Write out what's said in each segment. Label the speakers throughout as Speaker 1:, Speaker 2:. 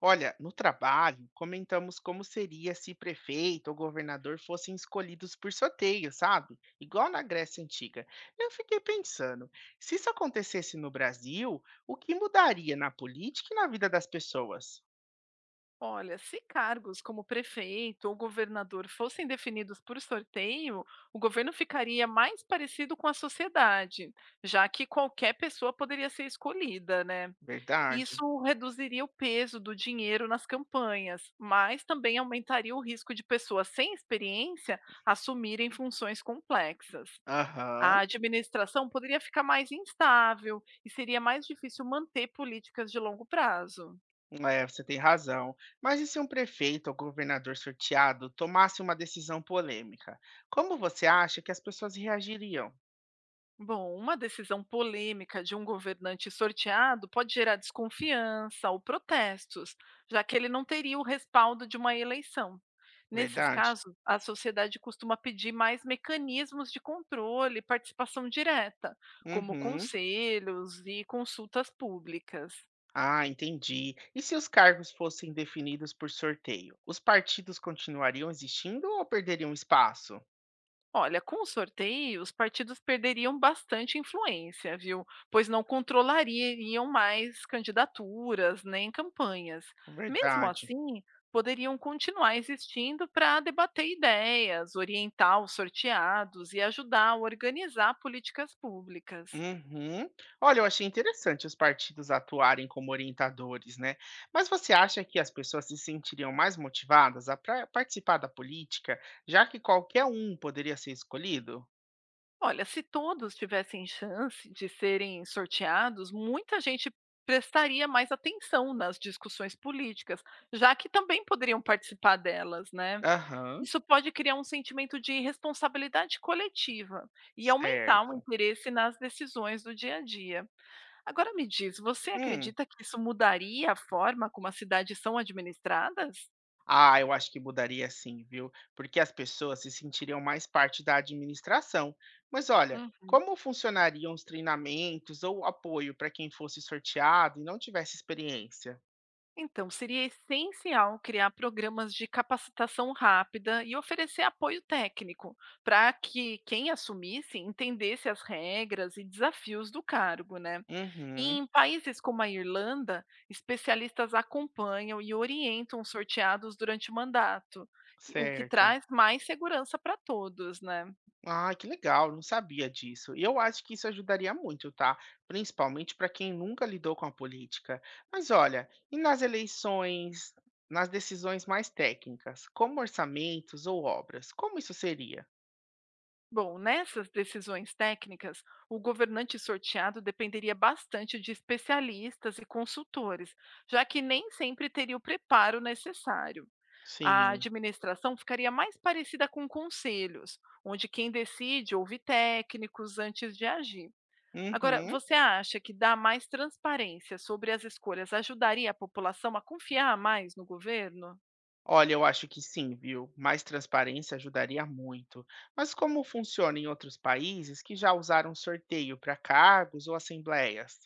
Speaker 1: Olha, no trabalho, comentamos como seria se prefeito ou governador fossem escolhidos por sorteio, sabe? Igual na Grécia Antiga. Eu fiquei pensando, se isso acontecesse no Brasil, o que mudaria na política e na vida das pessoas?
Speaker 2: Olha, se cargos como prefeito ou governador fossem definidos por sorteio, o governo ficaria mais parecido com a sociedade, já que qualquer pessoa poderia ser escolhida, né?
Speaker 1: Verdade.
Speaker 2: Isso reduziria o peso do dinheiro nas campanhas, mas também aumentaria o risco de pessoas sem experiência assumirem funções complexas. A
Speaker 1: Aham,
Speaker 2: administração poderia ficar mais instável e seria mais difícil manter políticas de longo prazo.
Speaker 1: é, você tem razão. Mas e se um prefeito ou governador sorteado tomasse uma decisão polêmica? Como você acha que as pessoas reagiriam?
Speaker 2: Bom, uma decisão polêmica de um governante sorteado pode gerar desconfiança ou protestos, já que ele não teria o respaldo de uma eleição. Nesses
Speaker 1: Verdade?
Speaker 2: casos, a sociedade costuma pedir mais mecanismos de controle e participação direta, como
Speaker 1: Uhum.
Speaker 2: conselhos e consultas públicas.
Speaker 1: Ah, entendi. E se os cargos fossem definidos por sorteio, os partidos continuariam existindo ou perderiam espaço?
Speaker 2: Olha, com o sorteio, os partidos perderiam bastante influência, viu? Pois não controlariam mais candidaturas nem campanhas. Mesmo
Speaker 1: Verdade.
Speaker 2: assim, poderiam continuar existindo para debater ideias, orientar os sorteados e ajudar a organizar políticas públicas.
Speaker 1: Uhum. Olha, eu achei interessante os partidos atuarem como orientadores, né? Mas você acha que as pessoas se sentiriam mais motivadas a participar da política, já que qualquer um poderia ser escolhido?
Speaker 2: Olha, se todos tivessem chance de serem sorteados, muita gente prestaria mais atenção nas discussões políticas, já que também poderiam participar delas, né?
Speaker 1: Aham,
Speaker 2: Isso pode criar um sentimento de responsabilidade coletiva e aumentar o
Speaker 1: certo.
Speaker 2: interesse nas decisões do dia a dia. Agora me diz, você
Speaker 1: Hum.
Speaker 2: acredita que isso mudaria a forma como as cidades são administradas?
Speaker 1: Ah, eu acho que mudaria sim, viu? Porque as pessoas se sentiriam mais parte da administração. Mas olha, como funcionariam os treinamentos ou apoio para quem fosse sorteado e não tivesse experiência?
Speaker 2: Então, seria essencial criar programas de capacitação rápida e oferecer apoio técnico, para que quem assumisse entendesse as regras e desafios do cargo, né? E
Speaker 1: Uhum,
Speaker 2: em países como a Irlanda, especialistas acompanham e orientam os sorteados durante o mandato, o que
Speaker 1: certo.
Speaker 2: traz mais segurança para todos, né?
Speaker 1: Ah, que legal, não sabia disso. E eu acho que isso ajudaria muito, tá? Principalmente para quem nunca lidou com a política. Mas olha, e nas eleições, nas decisões mais técnicas, como orçamentos ou obras, como isso seria?
Speaker 2: Bom, nessas decisões técnicas, o governante sorteado dependeria bastante de especialistas e consultores, já que nem sempre teria o preparo necessário. A
Speaker 1: Sim.
Speaker 2: administração ficaria mais parecida com conselhos, onde quem decide ouve técnicos antes de agir. Agora,
Speaker 1: Uhum.
Speaker 2: você acha que dar mais transparência sobre as escolhas ajudaria a população a confiar mais no governo?
Speaker 1: Olha, eu acho que sim, viu? Mais transparência ajudaria muito. Mas como funciona em outros países que já usaram sorteio para cargos ou assembleias?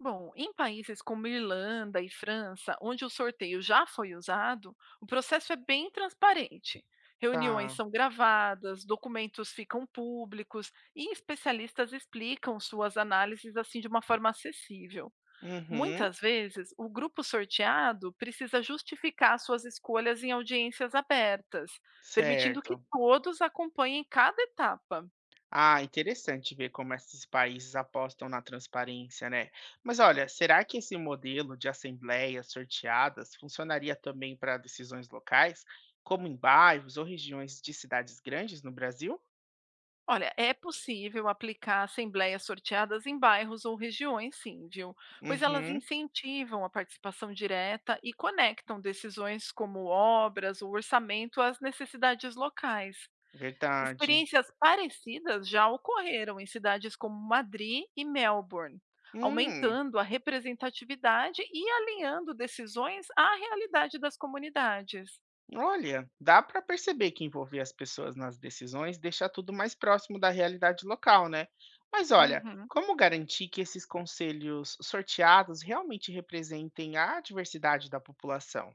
Speaker 2: Bom, em países como Irlanda e França, onde o sorteio já foi usado, o processo é bem transparente. Reuniões
Speaker 1: Tá.
Speaker 2: são gravadas, documentos ficam públicos e especialistas explicam suas análises assim de uma forma acessível.
Speaker 1: Uhum.
Speaker 2: Muitas vezes, o grupo sorteado precisa justificar suas escolhas em audiências abertas, permitindo que
Speaker 1: Certo.
Speaker 2: todos acompanhem cada etapa.
Speaker 1: Ah, interessante ver como esses países apostam na transparência, né? Mas olha, será que esse modelo de assembleias sorteadas funcionaria também para decisões locais, como em bairros ou regiões de cidades grandes no Brasil?
Speaker 2: Olha, é possível aplicar assembleias sorteadas em bairros ou regiões, sim, viu? Pois elas
Speaker 1: Uhum.
Speaker 2: incentivam a participação direta e conectam decisões como obras ou orçamento às necessidades locais.
Speaker 1: Verdade.
Speaker 2: Experiências parecidas já ocorreram em cidades como Madrid e Melbourne,
Speaker 1: Hum.
Speaker 2: aumentando a representatividade e alinhando decisões à realidade das comunidades.
Speaker 1: Olha, dá para perceber que envolver as pessoas nas decisões deixa tudo mais próximo da realidade local, né? Mas olha,
Speaker 2: Uhum.
Speaker 1: como garantir que esses conselhos sorteados realmente representem a diversidade da população?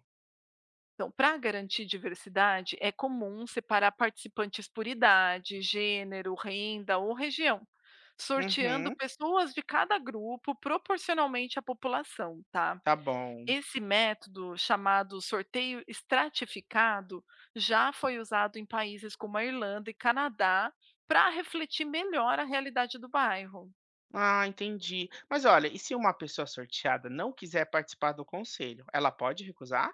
Speaker 2: Então, para garantir diversidade, é comum separar participantes por idade, gênero, renda ou região, sorteando
Speaker 1: Uhum,
Speaker 2: pessoas de cada grupo proporcionalmente à população, tá?
Speaker 1: tá bom.
Speaker 2: Esse método, chamado sorteio estratificado, já foi usado em países como a Irlanda e Canadá para refletir melhor a realidade do bairro.
Speaker 1: Ah, entendi. Mas olha, e se uma pessoa sorteada não quiser participar do conselho, ela pode recusar?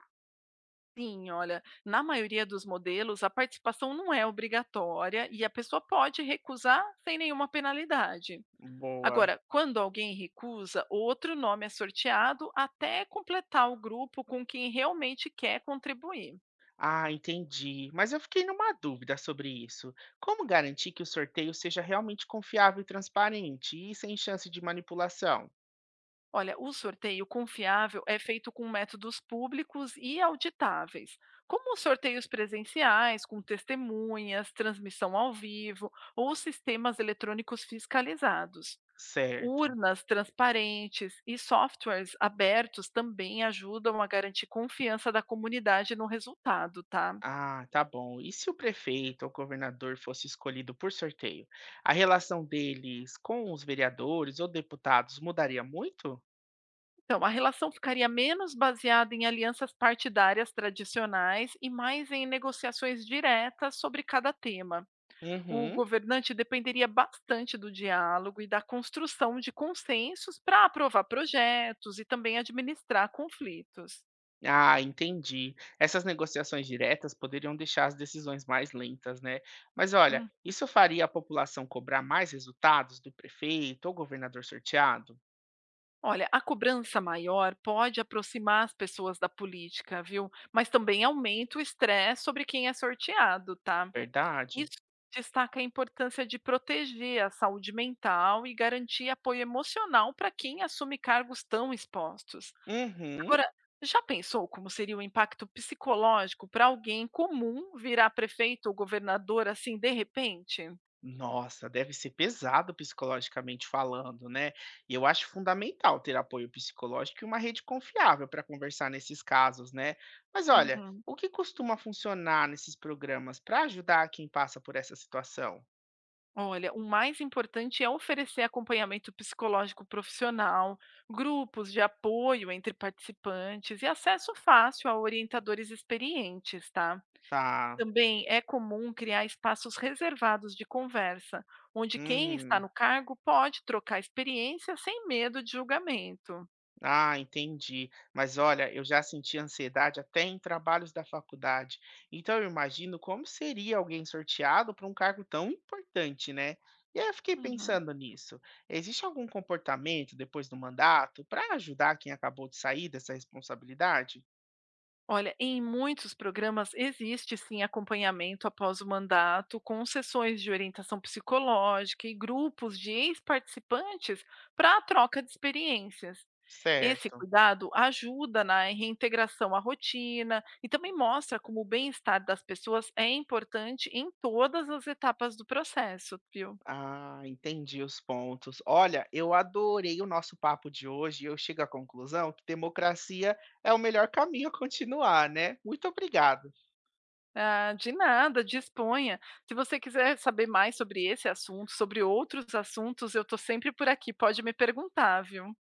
Speaker 2: Sim, olha, na maioria dos modelos, a participação não é obrigatória e a pessoa pode recusar sem nenhuma penalidade.
Speaker 1: Boa.
Speaker 2: Agora, quando alguém recusa, outro nome é sorteado até completar o grupo com quem realmente quer contribuir.
Speaker 1: Ah, entendi. Mas eu fiquei numa dúvida sobre isso. Como garantir que o sorteio seja realmente confiável e transparente e sem chance de manipulação?
Speaker 2: Olha, o sorteio confiável é feito com métodos públicos e auditáveis, como os sorteios presenciais, com testemunhas, transmissão ao vivo ou sistemas eletrônicos fiscalizados.
Speaker 1: Certo.
Speaker 2: Urnas transparentes e softwares abertos também ajudam a garantir confiança da comunidade no resultado, tá?
Speaker 1: Ah, tá bom. E se o prefeito ou governador fosse escolhido por sorteio? A relação deles com os vereadores ou deputados mudaria muito?
Speaker 2: Então, a relação ficaria menos baseada em alianças partidárias tradicionais e mais em negociações diretas sobre cada tema. O
Speaker 1: Uhum.
Speaker 2: governante dependeria bastante do diálogo e da construção de consensos para aprovar projetos e também administrar conflitos.
Speaker 1: Ah, entendi. Essas negociações diretas poderiam deixar as decisões mais lentas, né? Mas olha, isso faria a população cobrar mais resultados do prefeito ou governador sorteado?
Speaker 2: Olha, a cobrança maior pode aproximar as pessoas da política, viu? Mas também aumenta o estresse sobre quem é sorteado, tá?
Speaker 1: Verdade?
Speaker 2: Isso destaca a importância de proteger a saúde mental e garantir apoio emocional para quem assume cargos tão expostos.
Speaker 1: Uhum.
Speaker 2: Agora, já pensou como seria o impacto psicológico para alguém comum virar prefeito ou governador assim de repente?
Speaker 1: Nossa, deve ser pesado psicologicamente falando, né? E eu acho fundamental ter apoio psicológico e uma rede confiável para conversar nesses casos, né? Mas olha,
Speaker 2: Uhum.
Speaker 1: o que costuma funcionar nesses programas para ajudar quem passa por essa situação?
Speaker 2: Olha, o mais importante é oferecer acompanhamento psicológico profissional, grupos de apoio entre participantes e acesso fácil a orientadores experientes, tá?
Speaker 1: Tá.
Speaker 2: Também é comum criar espaços reservados de conversa, onde quem está
Speaker 1: Uhum.
Speaker 2: no cargo pode trocar experiência sem medo de julgamento.
Speaker 1: Ah, entendi. Mas olha, eu já senti ansiedade até em trabalhos da faculdade. Então eu imagino como seria alguém sorteado para um cargo tão importante, né? E aí eu fiquei
Speaker 2: Uhum.
Speaker 1: pensando nisso. Existe algum comportamento depois do mandato para ajudar quem acabou de sair dessa responsabilidade?
Speaker 2: Olha, em muitos programas existe sim acompanhamento após o mandato, com sessões de orientação psicológica e grupos de ex-participantes para a troca de experiências. Esse
Speaker 1: Certo.
Speaker 2: cuidado ajuda na reintegração à rotina e também mostra como o bem-estar das pessoas é importante em todas as etapas do processo, viu?
Speaker 1: Ah, entendi os pontos. Olha, eu adorei o nosso papo de hoje e eu chego à conclusão que democracia é o melhor caminho a continuar, né? Muito obrigado.
Speaker 2: Ah, de nada, disponha. Se você quiser saber mais sobre esse assunto, sobre outros assuntos, eu estou sempre por aqui, pode me perguntar, viu?